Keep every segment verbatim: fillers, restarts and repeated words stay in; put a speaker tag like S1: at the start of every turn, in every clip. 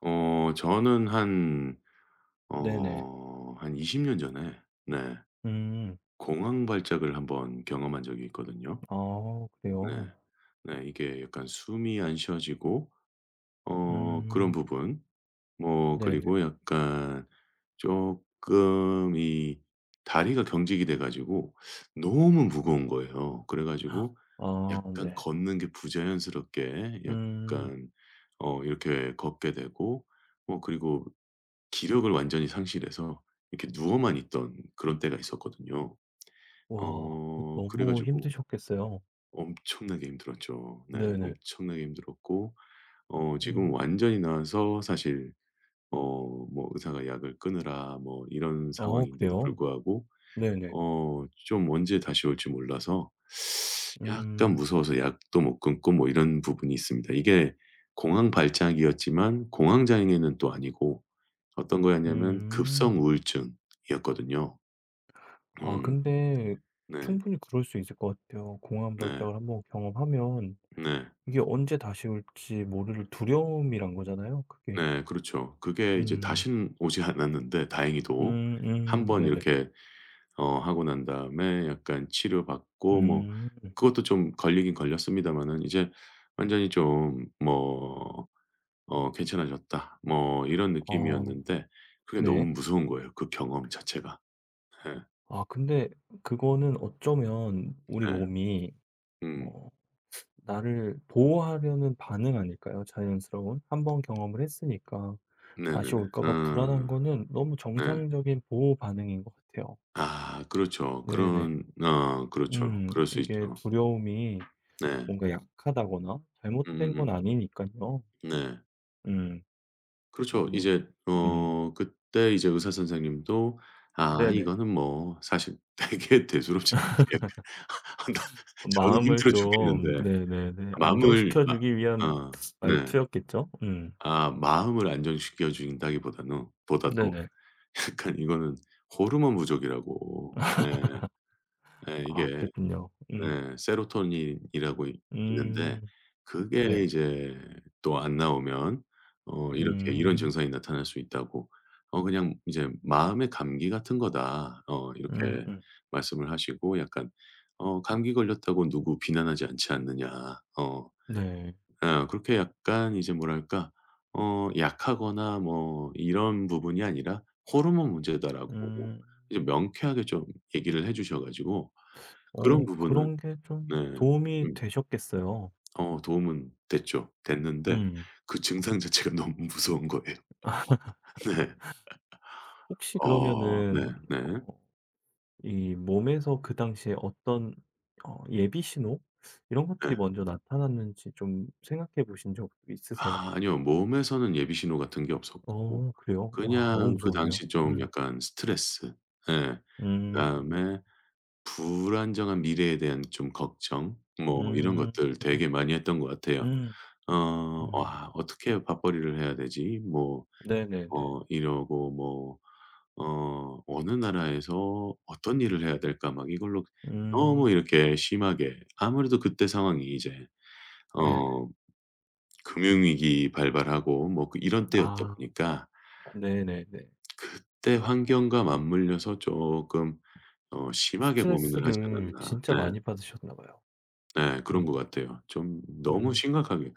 S1: 어 저는 한
S2: 네네.
S1: 어 한 이십 년 전에, 네,
S2: 음.
S1: 공황 발작을 한번 경험한 적이 있거든요.
S2: 아 그래요?
S1: 네. 네, 이게 약간 숨이 안 쉬어지고 어 그런
S2: 음.
S1: 부분. 뭐
S2: 네네.
S1: 그리고 약간 조금 이 다리가 경직이 돼 가지고 너무 무거운 거예요. 그래 가지고
S2: 아
S1: 약간
S2: 네.
S1: 걷는 게 부자연스럽게,
S2: 음.
S1: 약간 어 이렇게 걷게 되고, 뭐 그리고 기력을 완전히 상실해서 이렇게 누워만 있던 그런 때가 있었거든요.
S2: 와 그
S1: 어 그래
S2: 너무
S1: 가지고
S2: 힘드셨겠어요.
S1: 엄청나게 힘들었죠. 네.
S2: 네네.
S1: 엄청나게 힘들었고, 어 지금
S2: 음.
S1: 완전히 나아서 사실, 어 뭐 의사가 약을 끊으라 뭐 이런
S2: 아
S1: 상황인데도
S2: 그래요?
S1: 불구하고
S2: 네네.
S1: 어 좀 언제 다시 올지 몰라서 약간
S2: 음.
S1: 무서워서 약도 못 끊고 뭐 이런 부분이 있습니다. 이게 공황 발작이었지만 공황 장애는 또 아니고, 어떤 거였냐면 급성
S2: 음.
S1: 우울증이었거든요.
S2: 아
S1: 음.
S2: 근데
S1: 네.
S2: 충분히 그럴 수 있을 것 같아요. 공황
S1: 네.
S2: 발작을 한번 경험하면
S1: 네.
S2: 이게 언제 다시 올지 모를 두려움이란 거잖아요, 그게.
S1: 네, 그렇죠. 그게 이제
S2: 음.
S1: 다시는 오지 않았는데, 다행히도. 한
S2: 음음.
S1: 번
S2: 네네네.
S1: 이렇게 어 하고 난 다음에 약간 치료받고, 뭐
S2: 음.
S1: 그것도 좀 걸리긴 걸렸습니다만은, 이제 완전히 좀뭐 어 '괜찮아졌다.' 뭐 이런
S2: 아
S1: 느낌이었는데, 그게 너무
S2: 네.
S1: 무서운 거예요, 그 경험 자체가. 예.
S2: 아 근데 그거는 어쩌면 우리
S1: 예.
S2: 몸이
S1: 음.
S2: 어 나를 보호하려는 반응 아닐까요? 자연스러운. 한 번 경험을 했으니까 다시
S1: 네네네.
S2: 올까
S1: 어.
S2: 봐 불안한 거는 너무
S1: 네.
S2: 정상적인 보호 반응인 것 같아요.
S1: 아, 그렇죠.
S2: 네네.
S1: 그런 어 그렇죠.
S2: 음,
S1: 그럴 수
S2: 이게
S1: 있죠.
S2: 두려움이
S1: 네.
S2: 뭔가 약하다거나 잘못된 건
S1: 음음음.
S2: 아니니까요.
S1: 네,
S2: 음.
S1: 그렇죠.
S2: 너무.
S1: 이제
S2: 음.
S1: 어 그때 이제 의사 선생님도, "아,
S2: 네네.
S1: 이거는 뭐 사실 되게 대수롭지 않게." 아, 나, 저는
S2: 마음을
S1: 힘들어
S2: 좀,
S1: 죽겠는데
S2: 네네네,
S1: 마음을
S2: 안정시켜
S1: 막.
S2: 주기 위한
S1: 어 네.
S2: 말투였겠죠? 음.
S1: 아, 마음을 안정시켜 준다기보다는 보다도,
S2: 네네.
S1: 약간 이거는 호르몬 부족이라고. 네. 예,
S2: 아
S1: 이게,
S2: 그랬군요. 음.
S1: 네, 세로토닌이라고 이 있는데
S2: 음.
S1: 그게
S2: 네.
S1: 이제 또 안 나오면 어 이렇게 이런
S2: 음.
S1: 증상이 나타날 수 있다고. 어 그냥 이제 "마음의 감기 같은 거다." 어 이렇게
S2: 음음.
S1: 말씀을 하시고, 약간 어 "감기 걸렸다고 누구 비난하지 않지 않느냐." 어.
S2: 네.
S1: 아, 그렇게 약간 이제 뭐랄까 어 약하거나 뭐 이런 부분이 아니라 "호르몬 문제다."라고
S2: 음.
S1: 이제 명쾌하게 좀 얘기를 해 주셔 가지고. 그런
S2: 어
S1: 부분은,
S2: 그런 게
S1: 네,
S2: 좀 도움이
S1: 음,
S2: 되셨겠어요.
S1: 어 도움은 됐죠. 됐는데
S2: 음.
S1: 그 증상 자체가 너무 무서운 거예요. 네.
S2: 혹시
S1: 어. 네.
S2: 그러면은
S1: 네.
S2: 어 이 몸에서 그 당시에 어떤 어 예비 신호 이런
S1: 네.
S2: 것들이 먼저 나타났는지 좀 생각해 보신 적 있으세요?
S1: 아, 아니요, 몸에서는 예비 신호 같은 게 없었고
S2: 어 그래요? 와 너무
S1: 그냥 그
S2: 무서운데요.
S1: 당시 좀
S2: 음.
S1: 약간 스트레스, 네,
S2: 음.
S1: 그다음에 불안정한 미래에 대한 좀 걱정, 뭐, 음, 이런
S2: 음.
S1: 것들 되게 많이 했던 것 같아요.
S2: 음.
S1: 어
S2: 음.
S1: '와, 어떻게 밥벌이를 해야 되지?' 뭐
S2: 네네네.
S1: 어 이러고, 뭐 어 '어느 나라에서 어떤 일을 해야 될까?' 막 이걸로
S2: 음.
S1: 너무 이렇게 심하게, 아무래도 그때 상황이 이제
S2: 네네.
S1: 어 금융위기 발발하고 뭐그 이런 때였다
S2: 아.
S1: 보니까,
S2: 네네네.
S1: 그때 환경과 맞물려서 조금 어 심하게 고민을 하지
S2: 스트레스를
S1: 않았나.
S2: 진짜
S1: 네.
S2: 많이 받으셨나 봐요.
S1: 네, 그런 것
S2: 음.
S1: 같아요. 좀 너무
S2: 음.
S1: 심각하게,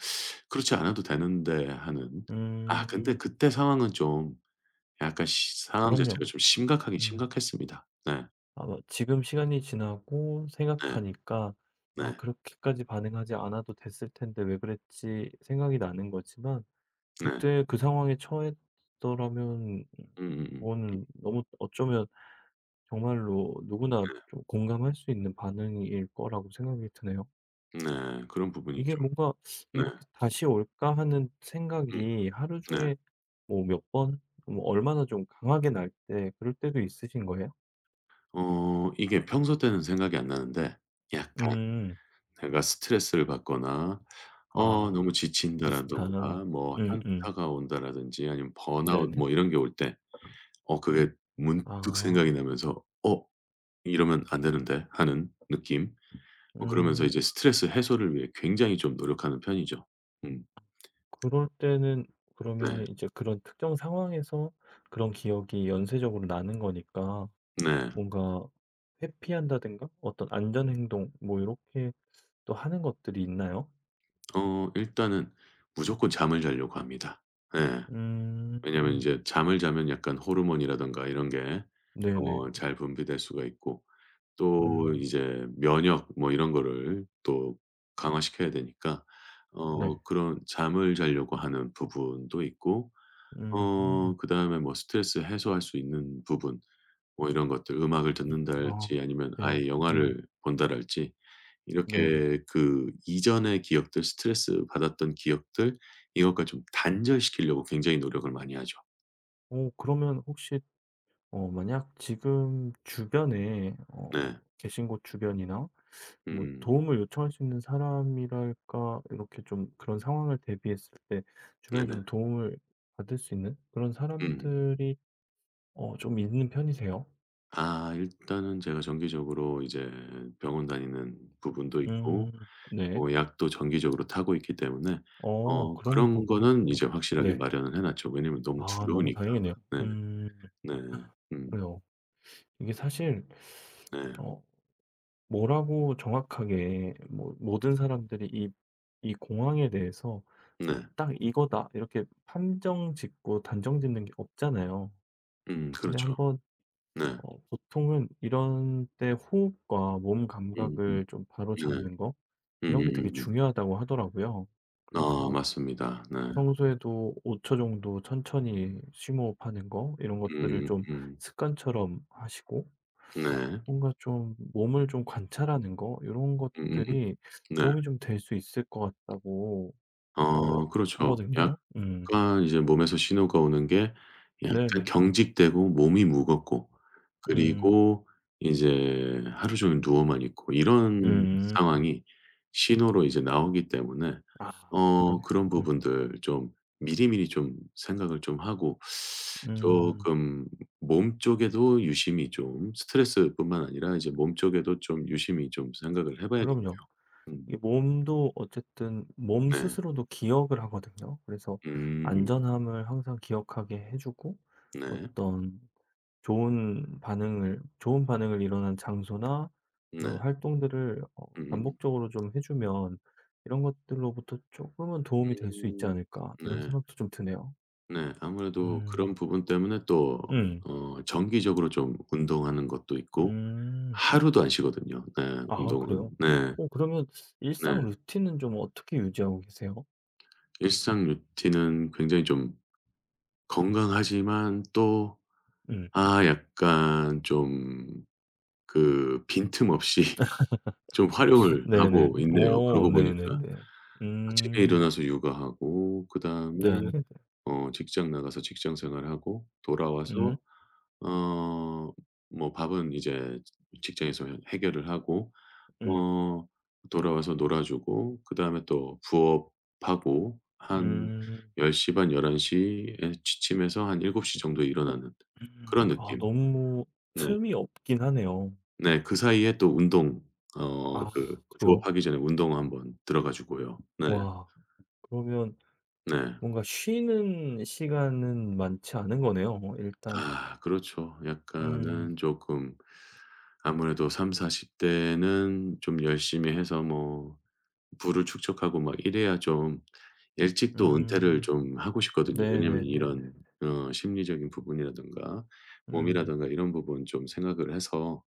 S1: '그렇지 않아도 되는데.' 하는. 아, 근데
S2: 음.
S1: 그때 상황은 좀, 약간 시 상황
S2: 그럼요.
S1: 자체가 좀 심각하긴
S2: 음.
S1: 심각했습니다. 네.
S2: 아마 지금 시간이 지나고
S1: 네.
S2: 생각하니까 '아
S1: 네.
S2: 그렇게까지 반응하지 않아도 됐을 텐데 왜 그랬지.' 생각이 나는 거지만
S1: 네.
S2: 그때 그 상황에 처했더라면, 음,
S1: 음음음.
S2: 그거는 너무 어쩌면 정말로 누구나 좀 공감할 수 있는 반응일 거라고 생각이 드네요.
S1: 네. 네, 그런 부분이
S2: 이게
S1: 좀.
S2: 뭔가
S1: 네.
S2: '이렇게 다시 올까?' 하는
S1: 음.
S2: 생각이 하루
S1: 네.
S2: 중에 뭐 몇 번, 뭐 얼마나 좀 강하게 날 때, 그럴 때도 있으신 거예요?
S1: 어 이게 평소 때는 생각이 안 나는데 약간
S2: 음.
S1: 내가 스트레스를 받거나 어 너무
S2: 아. 비슷한.
S1: 지친다라든가 뭐
S2: 음음.
S1: 현타가 온다라든지 아니면 번아웃
S2: 네네.
S1: 뭐 이런 게 올 때, 어 그게 문득
S2: 아.
S1: 생각이 나면서 '어, 이러면 안 되는데.' 하는 느낌. 뭐 그러면서
S2: 음.
S1: 이제 스트레스 해소를 위해 굉장히 좀 노력하는 편이죠. 음.
S2: 그럴 때는,
S1: 네.
S2: 그러면은 이제 그런 특정 상황에서 그런 기억이 연쇄적으로 나는 거니까,
S1: 네.
S2: 뭔가 회피한다든가 어떤 안전 행동 뭐 이렇게 또 하는 것들이 있나요?
S1: 어 일단은 무조건 잠을 자려고 합니다. 예. 왜냐면
S2: 음.
S1: 인제 잠을 자면 약간 호르몬이라든가 이런 게
S2: 네네.
S1: 어 잘 분비될 수가 있고, 또
S2: 음.
S1: 이제 면역 뭐 이런 거를 또 강화시켜야 되니까
S2: 네.
S1: 어 그런 잠을 자려고 하는 부분도 있고, 어
S2: 음.
S1: 그다음에 뭐 스트레스 해소할 수 있는 부분, 뭐 이런 것들, 음악을
S2: 음.
S1: 듣는다랄지
S2: 아
S1: 아니면
S2: 그래요.
S1: 아예
S2: 음.
S1: 영화를 본다랄지,
S2: 네네.
S1: 이렇게 그 이전의 기억들, 스트레스 받았던 기억들, 이것까지 좀 단절시키려고 굉장히 노력을 많이 하죠.
S2: 오 그러면 혹시 어 만약 지금 주변에, 어
S1: 네.
S2: 계신 곳 주변이나 뭐
S1: 음.
S2: 도움을 요청할 수 있는 사람이랄까, 이렇게 좀 그런 상황을 대비했을 때 주변에
S1: 네네.
S2: 좀 도움을 받을 수 있는 그런
S1: 음.
S2: 사람들이 어 좀 있는 편이세요?
S1: 아, 일단은 제가 정기적으로 이제 병원 다니는 부분도 있고,
S2: 음. 네.
S1: 뭐 약도 정기적으로 타고 있기 때문에
S2: 어
S1: 어
S2: 그런
S1: 그런
S2: 부분은
S1: 거는
S2: 또.
S1: 이제 확실하게
S2: 네.
S1: 마련을 해 놨죠. 왜냐면 너무
S2: 아 너무
S1: 두려우니까.
S2: 다행이네요.
S1: 네.
S2: 음.
S1: 네. 음.
S2: 그래요. 이게 사실
S1: 네.
S2: 어 뭐라고 정확하게 뭐 모든 사람들이 이 이 공항에 대해서
S1: 네.
S2: '딱 이거다.' 이렇게 판정 짓고 단정 짓는 게 없잖아요.
S1: 음,
S2: 근데
S1: 그렇죠.
S2: 한번
S1: 네.
S2: 어 보통은 이런 때 호흡과 몸
S1: 음음.
S2: 감각을 좀
S1: 네.
S2: 바로잡는 거 이런 게 되게
S1: 음음음음.
S2: 중요하다고 하더라고요.
S1: 아,
S2: 그래서
S1: 맞습니다. 네.
S2: 평소에도 오 초 정도 천천히 심호흡하는 거 이런 것들을
S1: 음.
S2: 좀
S1: 음.
S2: 습관처럼 하시고,
S1: 네. 음음음.
S2: 뭔가 좀 몸을 좀 관찰하는 거 이런 것들이
S1: 네.
S2: 도움이 좀 될 수 있을 것 같다고 어
S1: 어 그렇죠. 야,
S2: 하거든요. 음.
S1: 약간 이제 몸에서 신호가 오는 게, 약간
S2: 네네.
S1: 경직되고 몸이 무겁고,
S2: 음.
S1: 그리고 이제 하루 종일 누워만 있고, 이런
S2: 음.
S1: 상황이 신호로 이제 나오기 때문에
S2: 아
S1: 어
S2: 그러네요.
S1: 그런
S2: 음.
S1: 부분들 좀 미리미리 좀 생각을 좀 하고,
S2: 음.
S1: 쪼끔 몸 쪽에도 유심히 좀, 스트레스뿐만 아니라 이제 몸 쪽에도 좀 유심히 좀 생각을 해 봐야겠네요.
S2: 그럼요.
S1: 음.
S2: 이 몸도 어쨌든 몸
S1: 네.
S2: 스스로도 기억을 하거든요. 그래서
S1: 음.
S2: 안전함을 항상 기억하게 해 주고
S1: 네.
S2: 어떤 좋은 반응을 좋은 반응을 일어난 장소나
S1: 네.
S2: 그런 활동들을 어
S1: 음음.
S2: 반복적으로 좀 해 주면 '이런 것들로부터 조금은 도움이 될 수 있지
S1: 음.
S2: 않을까.' 이런
S1: 네.
S2: 생각도 좀 드네요.
S1: 네, 아무래도
S2: 음.
S1: 그런 부분 때문에 또
S2: 음.
S1: 어 정기적으로 좀 운동하는 것도 있고,
S2: 음.
S1: 하루도 안 쉬거든요. 네.
S2: 아
S1: 운동은.
S2: 그래요?
S1: 네.
S2: 어 그러면
S1: 네.
S2: 일상 루틴은 좀 어떻게 유지하고 계세요?
S1: 일상 루틴은 굉장히 좀 건강하지만, 또,
S2: 음.
S1: 아 약간 좀 그 빈틈없이 좀 활용을 하고
S2: 네네네.
S1: 있네요,
S2: 오
S1: 그러고 보니까.
S2: 네네네.
S1: 아침에
S2: 음.
S1: 일어나서 육아하고, 그다음에
S2: 네네네.
S1: 어 직장 나가서 직장 생활하고
S2: 음.
S1: 돌아와서, 어 뭐, 밥은 이제 직장에서 해결을 하고,
S2: 음.
S1: 어 돌아와서 놀아 주고, 그다음에 또 부업하고, 한
S2: 음.
S1: 열 시 반, 열한 시에 취침해서 한일곱 시 정도에 일어나는
S2: 음.
S1: 그런
S2: 아
S1: 느낌.
S2: 너무
S1: 네.
S2: 틈이 없긴 하네요.
S1: 네. 그 사이에 또 운동, 어
S2: 아
S1: 그
S2: 그래요?
S1: 부업하기 전에 운동 한번 들어가 주고요. 네.
S2: 와. 그러면
S1: 네.
S2: 뭔가 쉬는 시간은 많지 않은 거네요 일단.
S1: 아, 그렇죠. 약간은
S2: 음.
S1: 조금, 아무래도 3사4 0 대는 좀 열심히 해서 뭐 부를 축적하고 막 이래야, 좀 일찍 또 은퇴를
S2: 음.
S1: 좀 하고 싶거든요. 왜냐면
S2: 네네네네.
S1: 이런 어 심리적인 부분이라든가
S2: 음.
S1: 몸이라든가 이런 부분 좀 생각을 해서.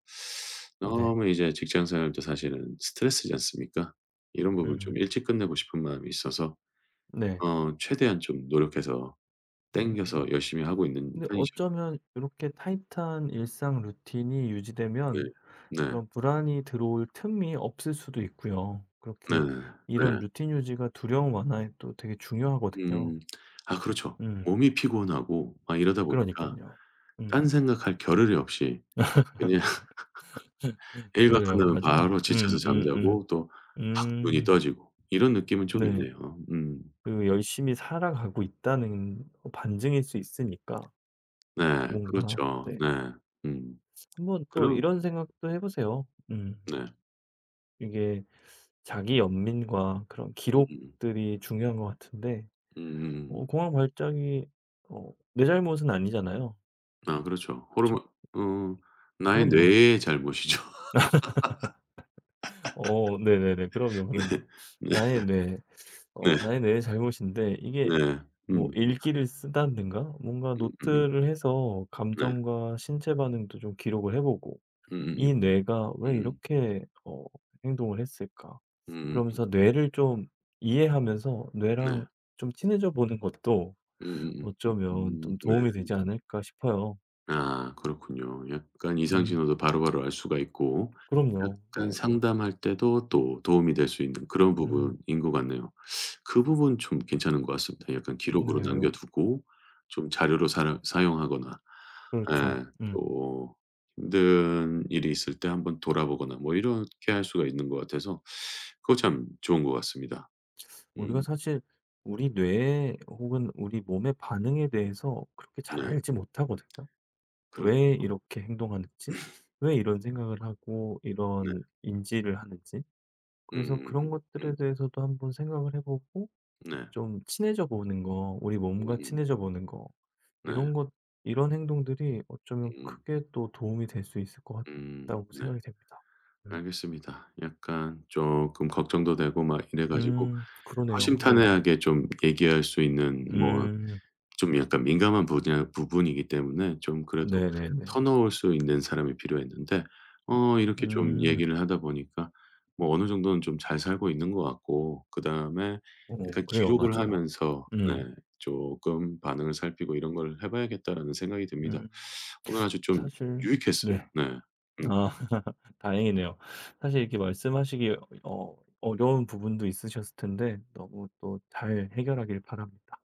S2: 네.
S1: 너무 이제 직장 생활도 사실은 스트레스지 않습니까? 이런 부분
S2: 음.
S1: 좀 일찍 끝내고 싶은 마음이 있어서
S2: 네.
S1: 어 최대한 좀 노력해서 땡겨
S2: 음.
S1: 서 열심히 하고 있는
S2: 근데
S1: 편이죠.
S2: 어쩌면 이렇게 타이트한 일상 루틴이
S1: 네.
S2: 유지되면
S1: 네.
S2: 그런 불안이 들어올 틈이 없을 수도 있고요.
S1: 네.
S2: 그렇게 이런
S1: 네.
S2: 루틴 유지가 두려움 완화에 또 되게 중요하거든요.
S1: 음. 아, 그렇죠.
S2: 음.
S1: 몸이 피곤하고 막 이러다
S2: 그러니까
S1: 보니까
S2: 요
S1: 딴
S2: 음.
S1: 생각할 겨를이 없이 그냥 일
S2: 그
S1: 가
S2: 래요
S1: 끝나면
S2: 맞아요.
S1: 바로 지쳐서
S2: 음음음. 음.
S1: 잠자고, 또
S2: 음,
S1: 확 눈이
S2: 음,
S1: 떠지고 이런 느낌은 좀
S2: 네.
S1: 있네요. 음.
S2: 그 열심히 살아가고 있다는 어 반증일 수 있으니까
S1: 네,
S2: 뭔가,
S1: 그렇죠.
S2: 네,
S1: 네. 음.
S2: 한번 또
S1: 그럼.
S2: 이런 생각도 해 보세요. 음.
S1: 네.
S2: 이게 자기 연민과 그런
S1: 음음.
S2: 기록들이 중요한 것 같은데
S1: 음음음.
S2: 어 공항 발작이 어 내 잘못은 아니잖아요.
S1: 아, 그렇죠. 호르몬.
S2: 그쵸?
S1: 어 나의
S2: 그럼요.
S1: 뇌에 잘 모시죠.
S2: 어 네네네. 그럼요, 그럼요.
S1: 네.
S2: 나의 뇌,
S1: 네.
S2: 어 나의 뇌의 잘못인데
S1: 네.
S2: 이게
S1: 네.
S2: 뭐
S1: 음.
S2: 일기를 쓰다든가 뭔가
S1: 음음음.
S2: 노트를 해서
S1: 네.
S2: 감정과 신체 반응도 좀 기록을 해 보고
S1: 음음음.
S2: '이 뇌가 왜
S1: 음.
S2: 이렇게 어 행동을 했을까?'
S1: 음음.
S2: 그러면서 뇌를 좀 이해하면서
S1: 네.
S2: 뇌랑 좀 친해져 보는 것도
S1: 음음음.
S2: 어쩌면
S1: 음.
S2: 좀
S1: 네.
S2: 도움이 되지 않을까 싶어요.
S1: 아, 그렇군요. 약간 이상
S2: 음.
S1: 신호도 바로바로 알 수가 있고,
S2: 그럼요.
S1: 약간
S2: 네네.
S1: 상담할 때도 또 도움이 될 수 있는 그런
S2: 음.
S1: 부분인 것 같네요. 그 부분 좀 괜찮은 것 같습니다. 약간 기록으로
S2: 네.
S1: 남겨 두고, 좀 자료로 사 사용하거나,
S2: 그렇죠.
S1: 예,
S2: 음.
S1: 또 힘든 일이 있을 때 한번 돌아보거나 뭐 이렇게 할 수가 있는 것 같아서, 그거 참 좋은 것 같습니다.
S2: 우리가
S1: 음.
S2: 사실 우리 뇌 혹은 우리 몸의 반응에 대해서 그렇게 잘
S1: 네,
S2: 알지 못하거든요.
S1: 그렇죠.
S2: 왜 이렇게 행동하는지, 왜 이런 생각을 하고
S1: 네.
S2: 이런 인지를 하는지. 그래서
S1: 음음음.
S2: 그런 것들에
S1: 음.
S2: 대해서도 한번 생각을 해 보고
S1: 음, 네.
S2: 좀 친해져 보는 거, 우리 몸과
S1: 음음.
S2: 친해져 보는 거,
S1: 네.
S2: 이런 것, 이런 행동들이 어쩌면
S1: 음.
S2: 크게 또 도움이 될 수 있을 것
S1: 음.
S2: 같다고
S1: 네.
S2: 생각이 됩니다. 음.
S1: 알겠습니다. 약간 조금 걱정도 되고 막 이래 가지고
S2: 음 그러네요. 네.
S1: 허심탄회하게 좀 얘기할 수 있는, 뭐
S2: 음
S1: 좀 약간 민감한 분야 부분이기 때문에, 좀 그래도
S2: 네네네.
S1: 터놓을 수 있는 사람이 필요했는데, 어 이렇게 좀
S2: 음.
S1: 얘기를 하다 보니까 뭐 어느 정도는 좀 잘 살고 있는 것 같고, 그다음에
S2: 오
S1: 약간
S2: 그래요.
S1: 기록을
S2: 맞아요.
S1: 하면서,
S2: 음.
S1: 네금 반응을 살피고 이런 걸 해 봐야겠다라는 생각이 듭니다.
S2: 음.
S1: 오늘 아주 좀
S2: 사실
S1: 유익했어요.
S2: 네.
S1: 네. 음.
S2: 아 다행이네요. 사실 이렇게 말씀하시기 어 어려운 부분도 있으셨을 텐데 너무 또 잘 해결하길 바랍니다.